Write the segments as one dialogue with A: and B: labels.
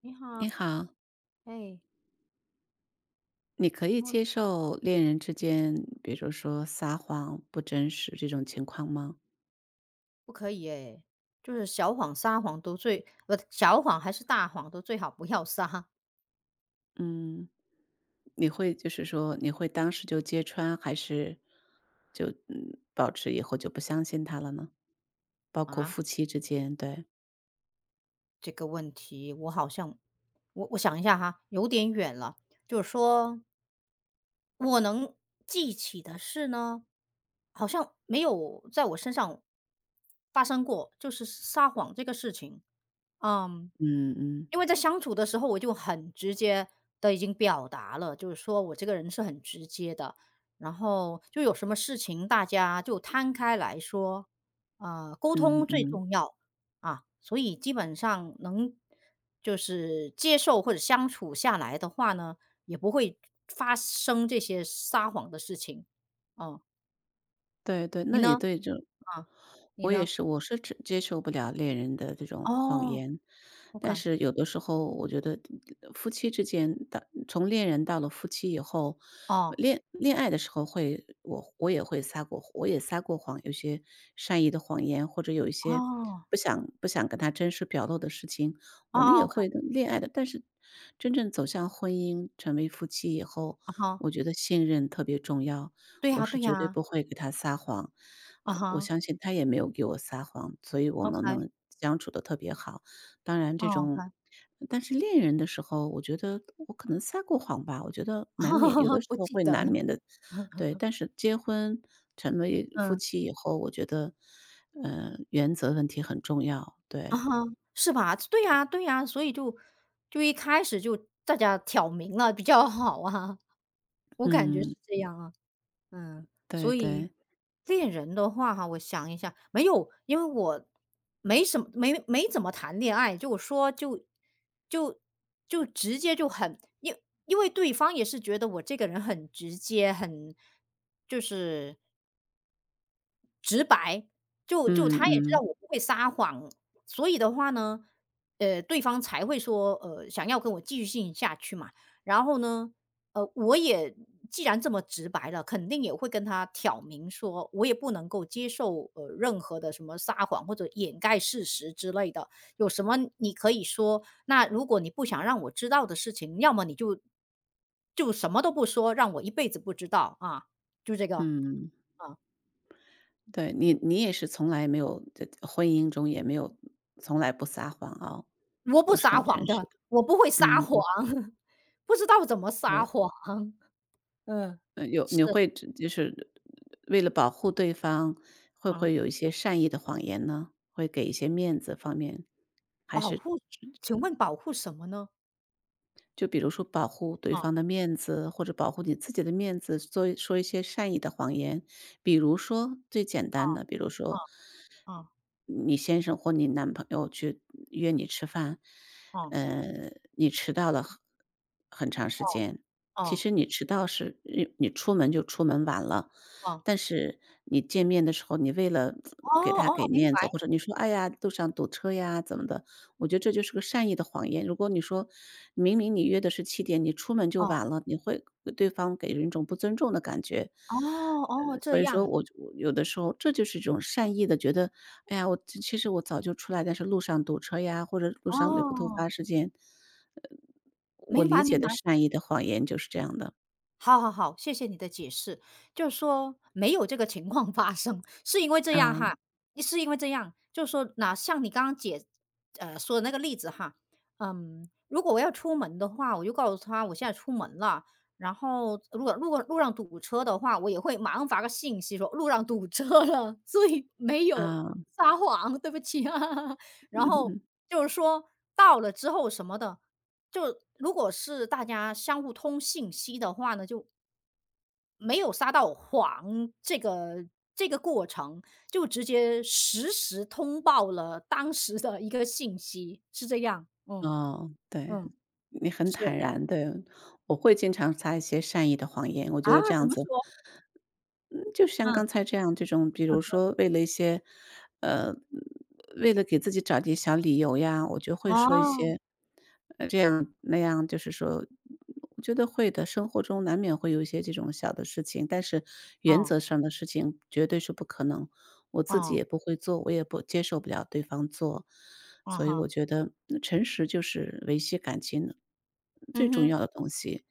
A: 你好，
B: 你好，
A: 哎，
B: 你可以
A: 我，
B: 接受恋人之间，比如说撒谎、不真实这种情况吗？
A: 不可以哎，就是小谎撒谎都最，不，小谎还是大谎都最好不要撒
B: 嗯，你会就是说你会当时就揭穿，还是就保持以后就不相信他了呢？包括
A: 啊。
B: 夫妻之间，对，
A: 这个问题我好像，我想一下哈，有点远了。就是说我能记起的事呢，好像没有在我身上发生过，就是撒谎这个事情。嗯，
B: 嗯嗯
A: 因为在相处的时候，我就很直接的已经表达了，就是说我这个人是很直接的，然后就有什么事情大家就摊开来说，沟
B: 嗯
A: 通最
B: 嗯。
A: 重要啊，所以基本上能就是接受或者相处下来的话呢，也不会发生这些撒谎的事情。哦，
B: 对对，
A: 你
B: 那你
A: 呢？
B: 对这
A: 啊，你
B: 我也
A: 呢？
B: 是，我是接受不了恋人的这种谎
A: 哦
B: 言，但
A: ，OK，
B: 是有的时候我觉得夫妻之间的，从恋人到了夫妻以后，呃
A: 哦，
B: 恋恋爱的时候会，我也会撒过我也撒过谎，有些善意的谎言，或者有一些
A: 哦，
B: 不想跟他真实表露的事情，
A: 哦
B: 我们也
A: 哦，OK。
B: 会的恋爱的。但是真正走向婚姻，成为夫妻以后，
A: 啊哈，
B: 我觉得信任特别重要。
A: 对
B: 我
A: 呀
B: 是
A: 对
B: 绝对
A: 呀，
B: 不会给他撒谎，
A: 啊
B: 我
A: 哈
B: 相信他也没有给我撒谎，所以我们
A: ，OK，
B: 能相处的特别好。当然
A: 哦
B: 这种
A: OK，
B: 但是恋人的时候，我觉得我可能撒过谎吧，我觉得难免有的 时
A: 不
B: 候
A: 记
B: 会
A: 得
B: 难
A: 了，
B: 免的。对，但是结婚成为夫
A: 嗯，
B: 妻以后，我觉得，原则问题很重要，
A: 啊
B: 对，
A: 哈，是吧？对呀对呀，所以就一开始就大家挑明了比较好啊，我感觉
B: 嗯，
A: 是这样啊，嗯，
B: 对
A: 所以
B: 对，
A: 恋人的话哈，我想一下，没有，因为我没什么没没怎么谈恋爱，就我说就就直接就很因为对方也是觉得我这个人很直接，很就是
B: 嗯
A: 他也知道
B: 嗯，
A: 我不会撒谎，所以的话呢，对方才会说，想要跟我继续进行下去嘛。然后呢，我也既然这么直白了，肯定也会跟他挑明说，我也不能够接受任何的什么撒谎或者掩盖事实之类的。有什么你可以说，那如果你不想让我知道的事情，要么你就什么都不说，让我一辈子不知道啊，就这个
B: 嗯。
A: 啊。
B: 对，你你也是从来没有在婚姻中也没有从来不撒谎啊，
A: 我不
B: 都是很
A: 撒谎
B: 诚实
A: 的，
B: 的。
A: 我不会撒
B: 嗯
A: 谎，
B: 嗯
A: 不知道怎么撒
B: 对，
A: 谎。嗯，
B: 有
A: 是，
B: 你会只就是为了保护对方，会不
A: 啊，
B: 会有一些善意的谎言呢？会给一些面子方面，还
A: 保
B: 是
A: 护请问保护什么呢？
B: 就比如说保护对
A: 哦，
B: 方的面子，或者保护你自己的面子，做一说一些善意的谎言。比如说最简单的，比如
A: 哦，
B: 说
A: 哦，
B: 你先生或你男朋友去约你吃饭，
A: 哦，
B: 你迟到了很长时
A: 哦，
B: 间。其
A: 哦，
B: 实你迟到是你你出门就出门晚了，
A: 哦，
B: 但是你见面的时候，你为了
A: 哦，
B: 给他给
A: 哦，明
B: 面
A: 白，
B: 子，或者你说：“哎呀，路上堵车呀，怎么的？”我觉得这就是个善意的谎言。如果你说明明你约的是七点，你出门就
A: 哦，
B: 晚了，你会给对方给人一种不尊重的感觉。
A: 哦，哦，这
B: 所以说
A: 样，
B: 我有的时候这就是一种善意的觉得，哎呀，我其实我早就出来，但是路上堵车呀，或者路上有个突
A: 哦，
B: 发事件，我
A: 明
B: 理
A: 白
B: 解
A: 明
B: 的
A: 白。
B: 善意的谎言就是这样的。
A: 好好好，谢谢你的解释。就是说没有这个情况发生，是因为这
B: 啊，
A: 样哈，是因为这样，就是说哪像你刚刚解说的那个例子哈，嗯，如果我要出门的话，我就告诉他我现在出门了。然后如果路上堵车的话，我也会马上发个信息说路上堵车了，所以没有
B: 啊，
A: 撒谎，对不起啊。然后 就是说到了之后什么的，就如果是大家相互通信息的话呢，就没有撒到谎这个过程，就直接实时通报了当时的一个信息，是这样。嗯，
B: 哦，对，
A: 嗯，
B: 你很坦
A: 是。
B: 然，对。我会经常撒一些善意的谎言，我觉
A: 啊，
B: 得这
A: 怎
B: 样
A: 么
B: 子
A: 说？
B: 嗯，就像
A: 嗯，
B: 刚才这样，这种比如说为了一些，呃，为了给自己找点小理由呀，我就会说一
A: 哦，
B: 些，这样那样，就是说，我觉得会的，生活中难免会有一些这种小的事情，但是原
A: 哦，
B: 则上的事情绝对是不可能，我自己
A: 哦，
B: 也不会做，我也不接受不了对方做，
A: 啊
B: 所以我
A: 哈，
B: 觉得诚实就是维系感情的最
A: 嗯
B: 重
A: 哼。
B: 要的东西。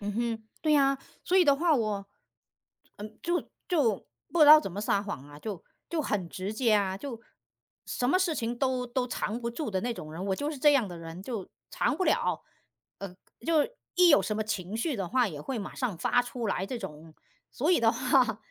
A: 嗯哼，对呀，所以的话我，嗯，就不知道怎么撒谎啊，就很直接啊，就什么事情都藏不住的那种人，我就是这样的人，就藏不了，呃，就一有什么情绪的话，也会马上发出来这种，所以的话，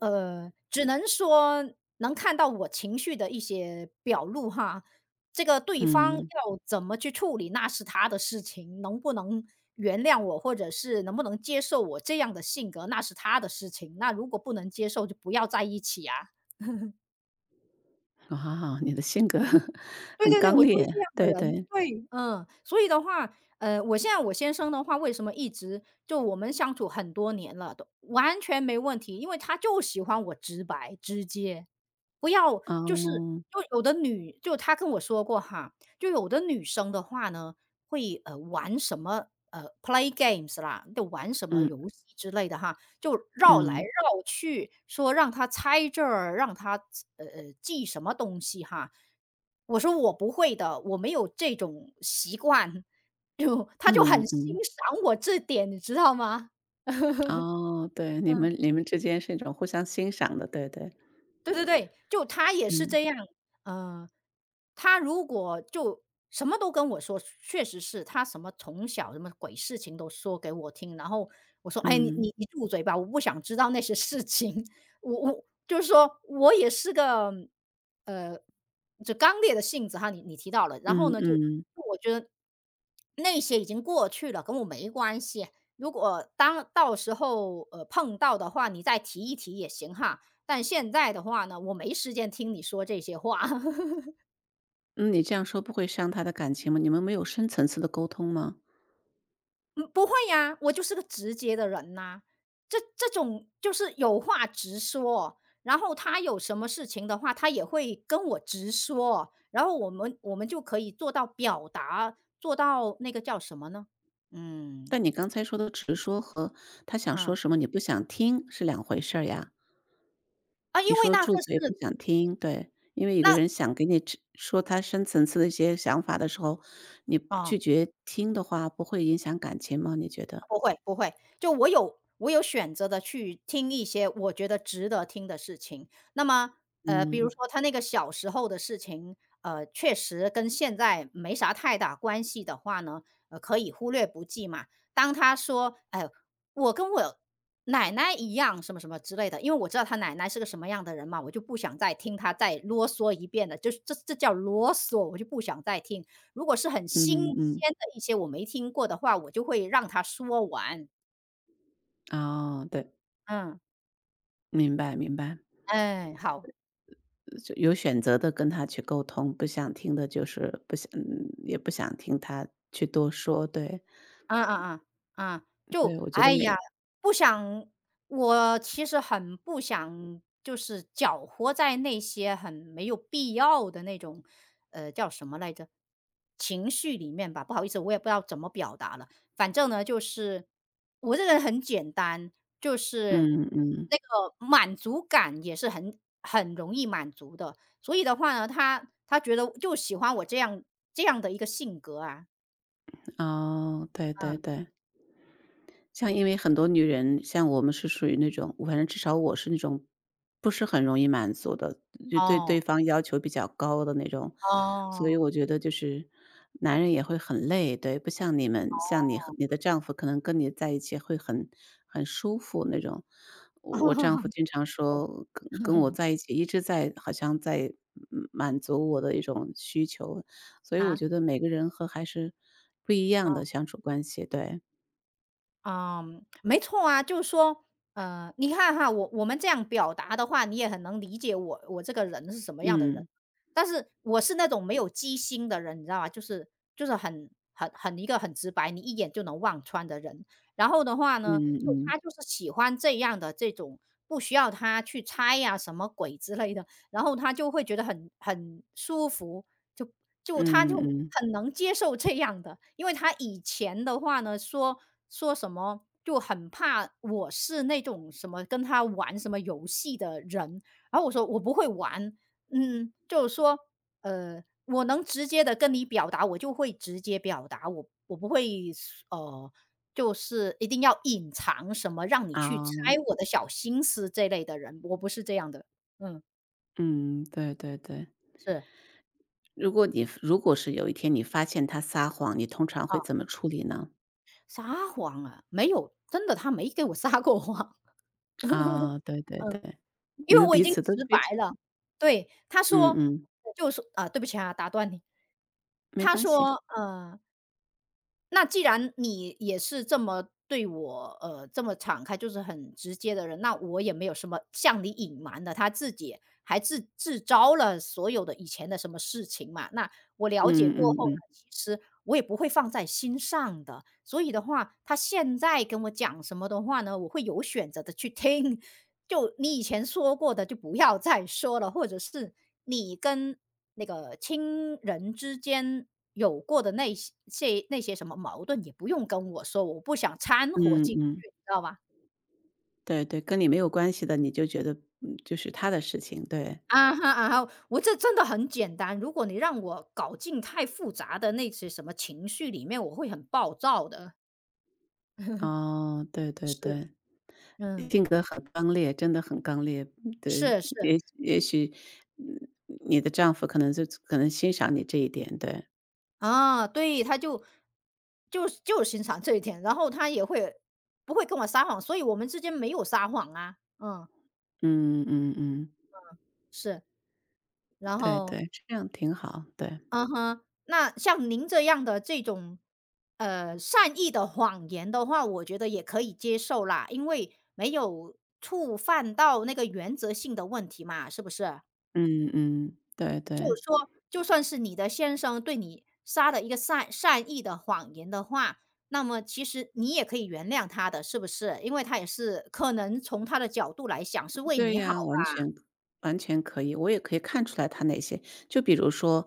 A: 只能说能看到我情绪的一些表露哈，这个对方要
B: 嗯，
A: 怎么去处理，那是他的事情，能不能原谅我，或者是能不能接受我这样的性格，那是他的事情。那如果不能接受，就不要在一起啊。
B: 啊，你的性格
A: 对
B: 很
A: 对对，
B: 刚
A: 我就是
B: 烈，
A: 这样的
B: 对
A: 人，
B: 对，
A: 对，嗯。所以的话，我现在我先生的话，为什么一直就我们相处很多年了，都完全没问题，因为他就喜欢我直白直接，不要就是
B: 哦，
A: 就有的女他跟我说过哈，就有的女生的话呢，会，玩什么，play games 啦，就玩什么
B: 嗯
A: 游戏之类的哈，就绕来
B: 嗯
A: 绕去，说让他猜这儿，让他记什么东西哈。我说我不会的，我没有这种习惯，就他就很
B: 嗯
A: 欣
B: 嗯，
A: 赏我这点，你知道吗？
B: 哦，对，你们你们之间是一种互相欣赏的，对对，
A: 对对对，就他也是
B: 嗯
A: 这样，嗯，他如果就什么都跟我说，确实是他什么从小什么鬼事情都说给我听，然后我说：“哎，
B: 嗯
A: 你住嘴吧，我不想知道那些事情。我就是说我也是个，呃，就刚烈的性子哈，你提到了，然后
B: 嗯
A: 呢，
B: 嗯，
A: 我觉得那些已经过去了，跟我没关系。如果当到时候碰到的话，你再提一提也行哈。但现在的话呢，我没时间听你说这些话。
B: 嗯，你这样说不会伤他的感情吗？你们没有深层次的沟通吗？
A: 嗯，不会呀，我就是个直接的人呐。这种就是有话直说，然后他有什么事情的话，他也会跟我直说，然后我们就可以做到表达，做到那个叫什么呢？嗯，
B: 但你刚才说的直说和他想说
A: 啊，
B: 什么你不想听是两回事儿呀。
A: 啊，
B: 你
A: 因为
B: 说
A: 那
B: 住
A: 个是
B: 嘴不想听，对，因为有个
A: 那
B: 人想给你指说他深层次的一些想法的时候，你拒
A: 啊。
B: 绝听的话，不会影响感情吗？你觉得？
A: 不会不会，就我有选择的去听一些我觉得值得听的事情。那么，比如
B: 嗯
A: 说他那个小时候的事情，确实跟现在没啥太大关系的话呢，可以忽略不计嘛。当他说：“哎，我跟我奶奶一样什么什么之类的。”因为我知道他奶奶是个什么样的人嘛，我就不想再听他再啰嗦一遍了，就是这叫啰嗦，我就不想再听。如果是很新鲜
B: 嗯嗯，
A: 的一些我没听过的话，我就会让他说完。
B: 哦，对，
A: 嗯，
B: 明白明白，
A: 哎，好。
B: 就有选择的跟他去沟通，不想听的就是不想也不想听他去多说，对，
A: 嗯嗯嗯，嗯，
B: 对，
A: 就
B: 我觉得
A: 哎呀，
B: 每
A: 不想我其实很不想就是搅和在那些很没有必要的那种，叫什么来着？情绪里面吧，不好意思，我也不知道怎么表达了。反正呢，就是我这个人很简单，就是
B: 嗯嗯，
A: 那个满足感也是很容易满足的。所以的话呢，他觉得就喜欢我这样的一个性格啊，
B: 哦，对对
A: 嗯，
B: 对。像因为很多女人，像我们是属于那种反正至少我是那种不是很容易满足的，就对
A: 哦。
B: 对方要求比较高的那种。所以
A: 哦，
B: 我觉得就是男人也会很累，对，不像你们，像你和你的丈夫可能跟你在一起会很舒服那种。我我丈夫 经常说跟我在一起一直在好像在满足我的一种需求，所以我
A: 啊，
B: 觉得每个人和还是不一
A: 啊，
B: 样的相处关系，对，
A: 嗯，没错啊，就是说，你看哈，我们这样表达的话，你也很能理解我这个人是什么样的人。
B: 嗯。
A: 但是我是那种没有机心的人，你知道吧？就是很一个很直白，你一眼就能望穿的人。然后的话
B: 嗯
A: 呢，就
B: 嗯，
A: 他就是喜欢这样的这种，不需要他去猜呀、什么鬼之类的。然后他就会觉得很舒服，就他
B: 嗯
A: 就
B: 嗯，嗯
A: 很能接受这样的。因为他以前的话呢，说什么就很怕我是那种什么跟他玩什么游戏的人，然后我说我不会玩，嗯，就是说，我能直接的跟你表达，我就会直接表达，我不会呃，就是一定要隐藏什么，让你去猜
B: 啊
A: 我的小心思这类的人，我不是这样的，嗯，
B: 嗯，对对对。
A: 是。
B: 如果你如果是有一天你发现他撒谎，你通常会
A: 啊，
B: 怎么处理呢？
A: 撒谎啊，没有，真的他没给我撒过谎。
B: 啊，对对
A: 嗯，
B: 对，
A: 因
B: 你
A: 为
B: 们
A: 我已
B: 彼
A: 经
B: 此都
A: 直
B: 非
A: 白
B: 常
A: 了。对，他
B: 嗯
A: 说
B: 嗯，
A: 就说啊，对不起啊，打断你。
B: 没
A: 他
B: 关系。
A: 说，那既然你也是这么对我，这么敞开，就是很直接的人，那我也没有什么向你隐瞒的。他自己还自招了所有的以前的什么事情嘛，那我了解
B: 嗯
A: 过
B: 嗯
A: 后呢，
B: 嗯，
A: 其实我也不会放在心上的。所以的话，他现在跟我讲什么的话呢，我会有选择的去听。就你以前说过的就不要再说了，或者是你跟那个亲人之间有过的那些什么矛盾也不用跟我说，我不想掺和
B: 嗯
A: 进去，
B: 嗯，
A: 你知道吧？
B: 对对，跟你没有关系的，你就觉得，嗯就是他的事情，对。
A: 啊哈啊哈，我这真的很简单，如果你让我搞进太复杂的那些什么情绪里面，我会很暴躁的。
B: 哦，对对
A: 是，
B: 对，
A: 嗯，
B: 性格很刚烈，真的很刚烈，对，
A: 是是，
B: 也也许，嗯你的丈夫可能就可能欣赏你这一点，对。
A: 啊，对，他就欣赏这一点，然后他也会不会跟我撒谎，所以我们之间没有撒谎啊，嗯，
B: 嗯嗯嗯，
A: 是，然
B: 对
A: 后，
B: 对，这样挺好，对，
A: 嗯哼，那像您这样的这种，善意的谎言的话，我觉得也可以接受啦，因为没有触犯到那个原则性的问题嘛，是不是？
B: 嗯嗯，对对。
A: 就算是你的先生对你撒了一个善意的谎言的话，那么其实你也可以原谅他的，是不是？因为他也是可能从他的角度来想是为
B: 对
A: 你好。
B: 呀，完全完全可以，我也可以看出来他哪些就比如说，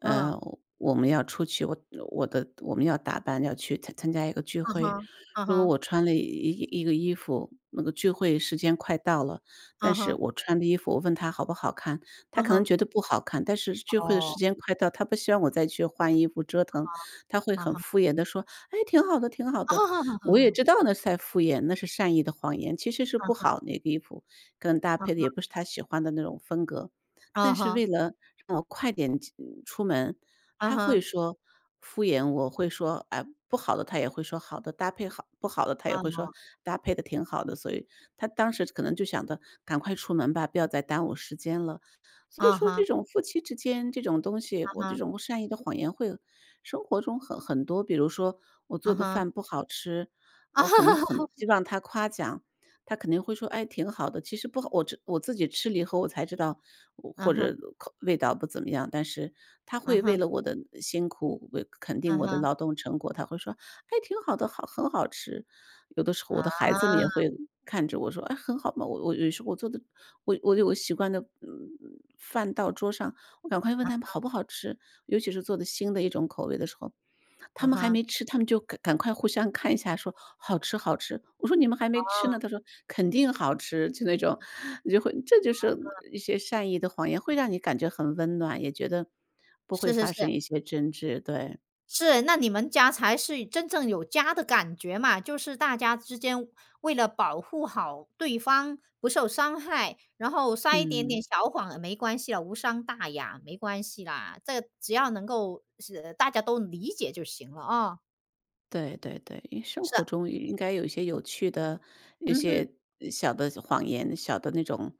B: 呃，
A: 嗯，
B: 我们要出去，我我的我们要打扮，要去参加一个聚
A: 啊
B: 会，
A: 哈，啊
B: 如果
A: 哈，
B: 我穿了一个衣服，那个聚会时间快到了，但
A: 啊
B: 是
A: 哈，
B: 我穿的衣服，我问他好不好看，他
A: 啊
B: 可能
A: 哈，
B: 觉得不好看，但是聚会的
A: 哦，
B: 时间快到，他不希望我再去换衣服折腾，他会
A: 啊
B: 很
A: 哈，
B: 敷衍的说：“哎，挺好的，挺好
A: 啊
B: 的。”
A: 哈，
B: 我也
A: 啊
B: 知道那是在敷衍，那是善意的谎言，其实是不好
A: 哈，
B: 那个衣服。跟搭配的也不是他喜欢的那种风格。
A: 啊
B: 但是
A: 哈，
B: 为了让我快点进出门，
A: 啊
B: 他会
A: 哈，
B: 说敷衍我，会说，哎，不好的他也会说好的，搭配好不好的他也会说
A: 哦
B: 搭配的挺好的。所以他当时可能就想着赶快出门吧，不要再耽误时间了。所以
A: 啊
B: 说
A: 哈，
B: 这种夫妻之间这种东西，
A: 啊
B: 我这
A: 哈，
B: 种善意的谎言会生活中很多。比如说我做
A: 啊
B: 的
A: 哈，
B: 饭不好吃，
A: 啊
B: 我可能很
A: 哈，
B: 希望他夸奖，他肯定会说：“哎，挺好的。”其实不好，我吃我自己吃了以后我才知道，我
A: 啊
B: 或
A: 哈，
B: 者口味道不怎么样，但是他
A: 啊
B: 会
A: 哈，
B: 为了我的辛苦，为肯定
A: 啊
B: 我的
A: 哈，
B: 劳动成果，他会说：“哎，挺好的，好很好吃。”有的时候
A: 啊
B: 我的孩子们也
A: 哈，
B: 会看着我说：“哎，很好嘛。”我我有时候我做的，我我有个习惯的，嗯，饭到桌上，我赶快问他们好不好吃，尤其是做的新的一种口味的时候，他
A: 啊
B: 们还
A: 哈，
B: 没吃，他们就赶快互相看一下说：“好吃，好吃。”我说：“你们还没
A: 哦，
B: 吃呢。”他说：“肯定好吃。”就那种，你就会这就是一些善意的谎言，会让你感觉很温暖，也觉得不
A: 是
B: 会
A: 是
B: 发
A: 是。
B: 生一些争执，对。
A: 是，那你们家才是真正有家的感觉嘛，就是大家之间为了保护好对方不受伤害，然后撒一点点
B: 嗯，
A: 小谎也没关系了，无伤大雅，没关系啦，这个只要能够是大家都理解就行了啊。
B: 对对对，因为生
A: 是，
B: 活中应该有一些有趣的、一
A: 嗯哼，
B: 些小的谎言、小的那种，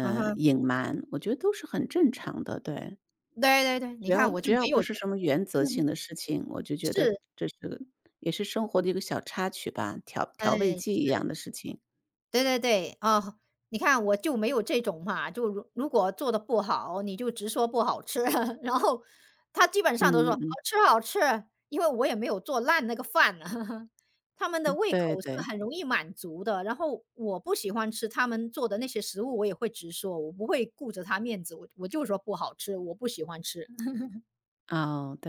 A: 嗯哼，
B: 隐瞒，我觉得都是很正常的，对。
A: 对对对，
B: 只
A: 你
B: 要
A: 看我
B: 只
A: 就
B: 要
A: 没
B: 不
A: 有这
B: 是什么
A: 种，
B: 原则性 的事情，我就觉得
A: 是，
B: 这是也是生活的一个小插曲吧，调调味
A: 哎。
B: 剂一样的事情。
A: 对对对，哦，你看我就没有这种嘛，就如果做的不好，你就直说不好吃，然后他基本上
B: 嗯
A: 都说
B: 嗯
A: 好
B: 嗯，
A: 吃好吃，因为我也没有做烂那个饭呢 他们的胃
B: 对
A: 口是
B: 对，
A: 很容易满足的，然后我不喜欢吃他们做的那些食物，我也会直说，我不会顾着他面子，我就说不好吃，我不喜欢吃。
B: 哦，对。